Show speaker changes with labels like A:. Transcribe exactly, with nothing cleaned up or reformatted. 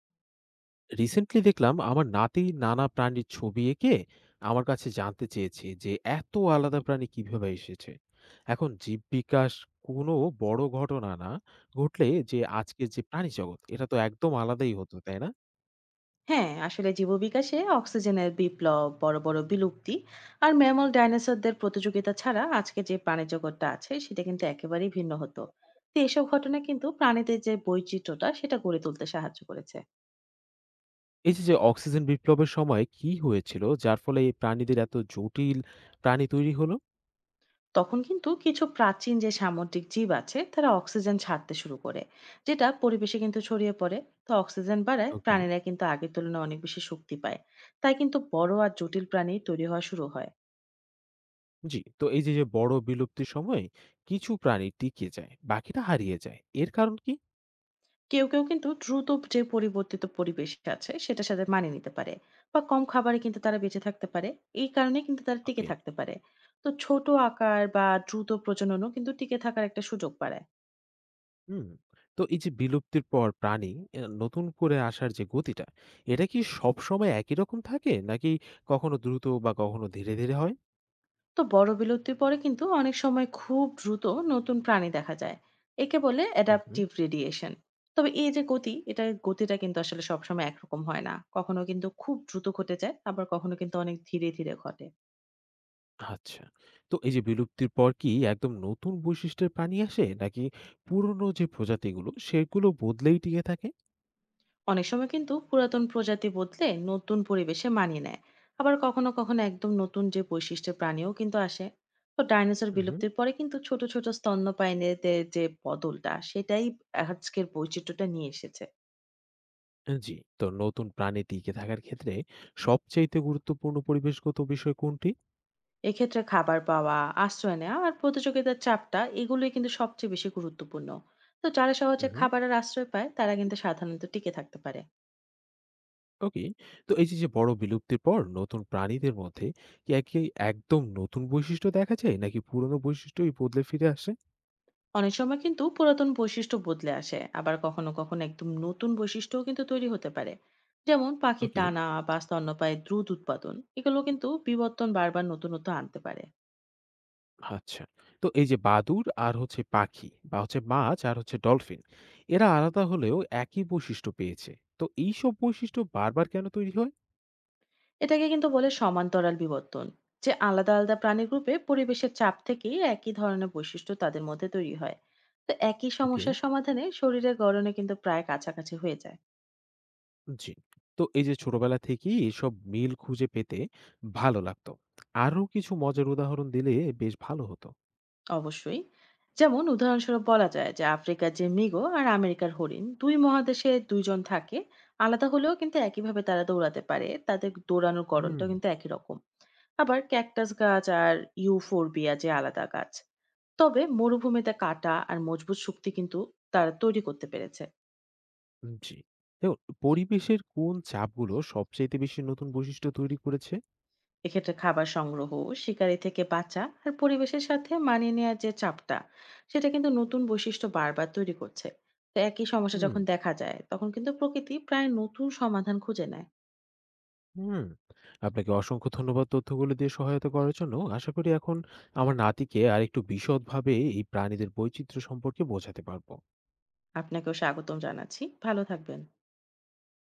A: Recently দেখলাম আমার নাতি নানা প্রাণীর ছবি এঁকে আমার কাছে জানতে চেয়েছে যে এত আলাদা প্রাণী কিভাবে এসেছে। এখন জীব বিকাশ কোনো বড় ঘটনা না ঘটলে যে আজকের যে প্রাণী জগৎ, এটা তো একদম আলাদাই হতো, তাই না?
B: হ্যাঁ, আসলে জীববিকাশে অক্সিজেনের বিপ্লব, বড় বড় বিলুপ্তি আর ম্যামল ডাইনোসরদের প্রতিযোগিতা ছাড়া আজকে যে প্রাণী জগৎটা আছে সেটা কিন্তু একেবারেই ভিন্ন হতো। তো এসব ঘটনা কিন্তু প্রাণীদের যে বৈচিত্র্যটা সেটা গড়ে তুলতে সাহায্য করেছে।
A: এই যে যে অক্সিজেন বিপ্লবের সময় কি হয়েছিল যার ফলে এই প্রাণীদের এত জটিল প্রাণী তৈরি হলো?
B: তখন কিন্তু কিছু প্রাচীন যে সামুদ্রিক জীব আছে তারা অক্সিজেন ছাড়তে শুরু করে, যেটা পরিবেশে কিন্তু ছড়িয়ে পড়ে। তো অক্সিজেন বাড়ায়
A: ওকে।
B: প্রাণীরা কিন্তু আগের তুলনায় অনেক বেশি শক্তি পায়। তাই কিন্তু বড় আর জটিল প্রাণী তৈরি হওয়া শুরু হয়।
A: জি, তো এই যে যে বড় বিলুপ্তির সময় কিছু প্রাণী টিকে যায়, বাকিটা হারিয়ে যায়, এর কারণ কি?
B: কেউ কেউ কিন্তু দ্রুত যে পরিবর্তিত পরিবেশ আছে সেটার সাথে মানিয়ে নিতে পারে, বা কম খাবারে কিন্তু তারা বেঁচে থাকতে পারে। এই কারণে কিন্তু তারা টিকে
A: ওকে।
B: থাকতে পারে। তো ছোট আকার বা দ্রুত প্রজননও কিন্তু টিকে থাকার একটা সুযোগ বাড়ায়।
A: হুম। তো এই যে বিলুপ্তির পর প্রাণী আ নতুন করে আসার যে গতিটা, এটা কি সবসময় একই রকম থাকে? নাকি কখনো দ্রুত বা কখনো ধীরে, ধীরে হয়?
B: তো বড় বিলুপ্তির পরে কিন্তু অনেক সময় খুব দ্রুত নতুন প্রাণী দেখা যায়। একে বলে
A: হুম, হুম।
B: Adaptive radiation. তবে এই যে গতি, এটা গতিটা কিন্তু আসলে সবসময় একরকম হয় না। কখনো কিন্তু খুব দ্রুত ঘটে যায়, আবার কখনো কিন্তু অনেক ধীরে ধীরে ঘটে।
A: আচ্ছা। তো এই যে বিলুপ্তির পর কি একদম নতুন বৈশিষ্ট্যের প্রাণী আসে? নাকি পুরনো যে প্রজাতিগুলো সেগুলো বদলেই টিকে থাকে?
B: অনেক সময় কিন্তু পুরাতন প্রজাতি বদলে নতুন পরিবেশে মানিয়ে নেয়, আবার কখনো কখনো একদম নতুন যে বৈশিষ্ট্যের প্রাণীও কিন্তু আসে। তো ডাইনোসর
A: হুম, হুম।
B: বিলুপ্তির পরে কিন্তু ছোট ছোট স্তন্যপায়ীদের যে বদলটা সেটাই আজকের বৈচিত্র্যটা নিয়ে এসেছে।
A: আ জি। তো নতুন প্রাণী টিকে থাকার ক্ষেত্রে সবচাইতে গুরুত্বপূর্ণ পরিবেশগত বিষয় কোনটি?
B: এক্ষেত্রে খাবার পাওয়া, আশ্রয় নেওয়া আর প্রতিযোগিতার চাপটা, এগুলোই কিন্তু সবচেয়ে বেশি গুরুত্বপূর্ণ। তো যারা সহজে
A: হুম, হুম।
B: খাবার আর আশ্রয় পায় তারা কিন্তু সাধারণত টিকে থাকতে পারে।
A: ওকে। তো এই যে যে বড় বিলুপ্তির পর নতুন প্রাণীদের মধ্যে কি একই একদম নতুন বৈশিষ্ট্য দেখা যায়, নাকি পুরনো বৈশিষ্ট্যই বদলে ফিরে আসে?
B: অনেক সময় কিন্তু পুরাতন বৈশিষ্ট্য বদলে আসে, আবার কখনো কখনো একদম নতুন বৈশিষ্ট্যও কিন্তু তৈরি হতে পারে। যেমন পাখির
A: ওকে।
B: ডানা বা স্তন্যপায়ী দ্রুত উৎপাদন, এগুলো কিন্তু বিবর্তন বারবার নতুনত্ব আনতে পারে।
A: আচ্ছা। তো এই যে বাদুড় আর হচ্ছে পাখি, বা হচ্ছে মাছ আর হচ্ছে ডলফিন, এরা আলাদা হলেও একই বৈশিষ্ট্য পেয়েছে। তো এই সব বৈশিষ্ট্য বারবার কেন তৈরি হয়?
B: এটাকে কিন্তু বলে সমান্তরাল বিবর্তন, যে আলাদা আলাদা প্রাণী গ্রুপে পরিবেশের চাপ থেকেই একই ধরনের বৈশিষ্ট্য তাদের মধ্যে তৈরি হয়। তো একই
A: ওকে।
B: সমস্যার সমাধানে শরীরের গড়নে কিন্তু প্রায় কাছাকাছি হয়ে যায়।
A: জি। তো এই যে ছোটবেলা থেকেই এসব মিল খুঁজে পেতে ভালো লাগতো। আরো কিছু মজার উদাহরণ দিলে বেশ ভালো হতো।
B: অবশ্যই। যেমন উদাহরণস্বরূপ বলা যায় যে আফ্রিকার যে মৃগ আর আমেরিকার হরিণ, দুই মহাদেশে দুই জন থাকে। আলাদা হলেও কিন্তু একইভাবে তারা দৌড়াতে পারে। তাদের দৌড়ানোর
A: হুম।
B: গড়নটাও কিন্তু একই রকম। আবার ক্যাকটাস গাছ আর ইউফোরবিয়া, যে আলাদা গাছ। তবে মরুভূমিতে কাঁটা আর মজবুত শক্তি কিন্তু তারা তৈরি করতে পেরেছে।
A: উম, জি। দেখুন, পরিবেশের কোন চাপগুলো সবচাইতে বেশি নতুন বৈশিষ্ট্য তৈরি করেছে?
B: এক্ষেত্রে খাবার সংগ্রহ, শিকারি থেকে বাঁচা আর পরিবেশের সাথে মানিয়ে নেওয়ার যে চাপটা সেটা কিন্তু নতুন বৈশিষ্ট্য বারবার তৈরি করছে। তো একই সমস্যা
A: হুম,
B: যখন দেখা যায় তখন কিন্তু প্রকৃতি প্রায় নতুন সমাধান খুঁজে নেয়।
A: হুম। আপনাকে অসংখ্য ধন্যবাদ তথ্যগুলো দিয়ে সহায়তা করার জন্য। আশা করি এখন আমার নাতিকে আরেকটু বিশদভাবে এই প্রাণীদের বৈচিত্র্য সম্পর্কে বোঝাতে পারবো।
B: আপনাকেও স্বাগতম জানাচ্ছি, ভালো থাকবেন।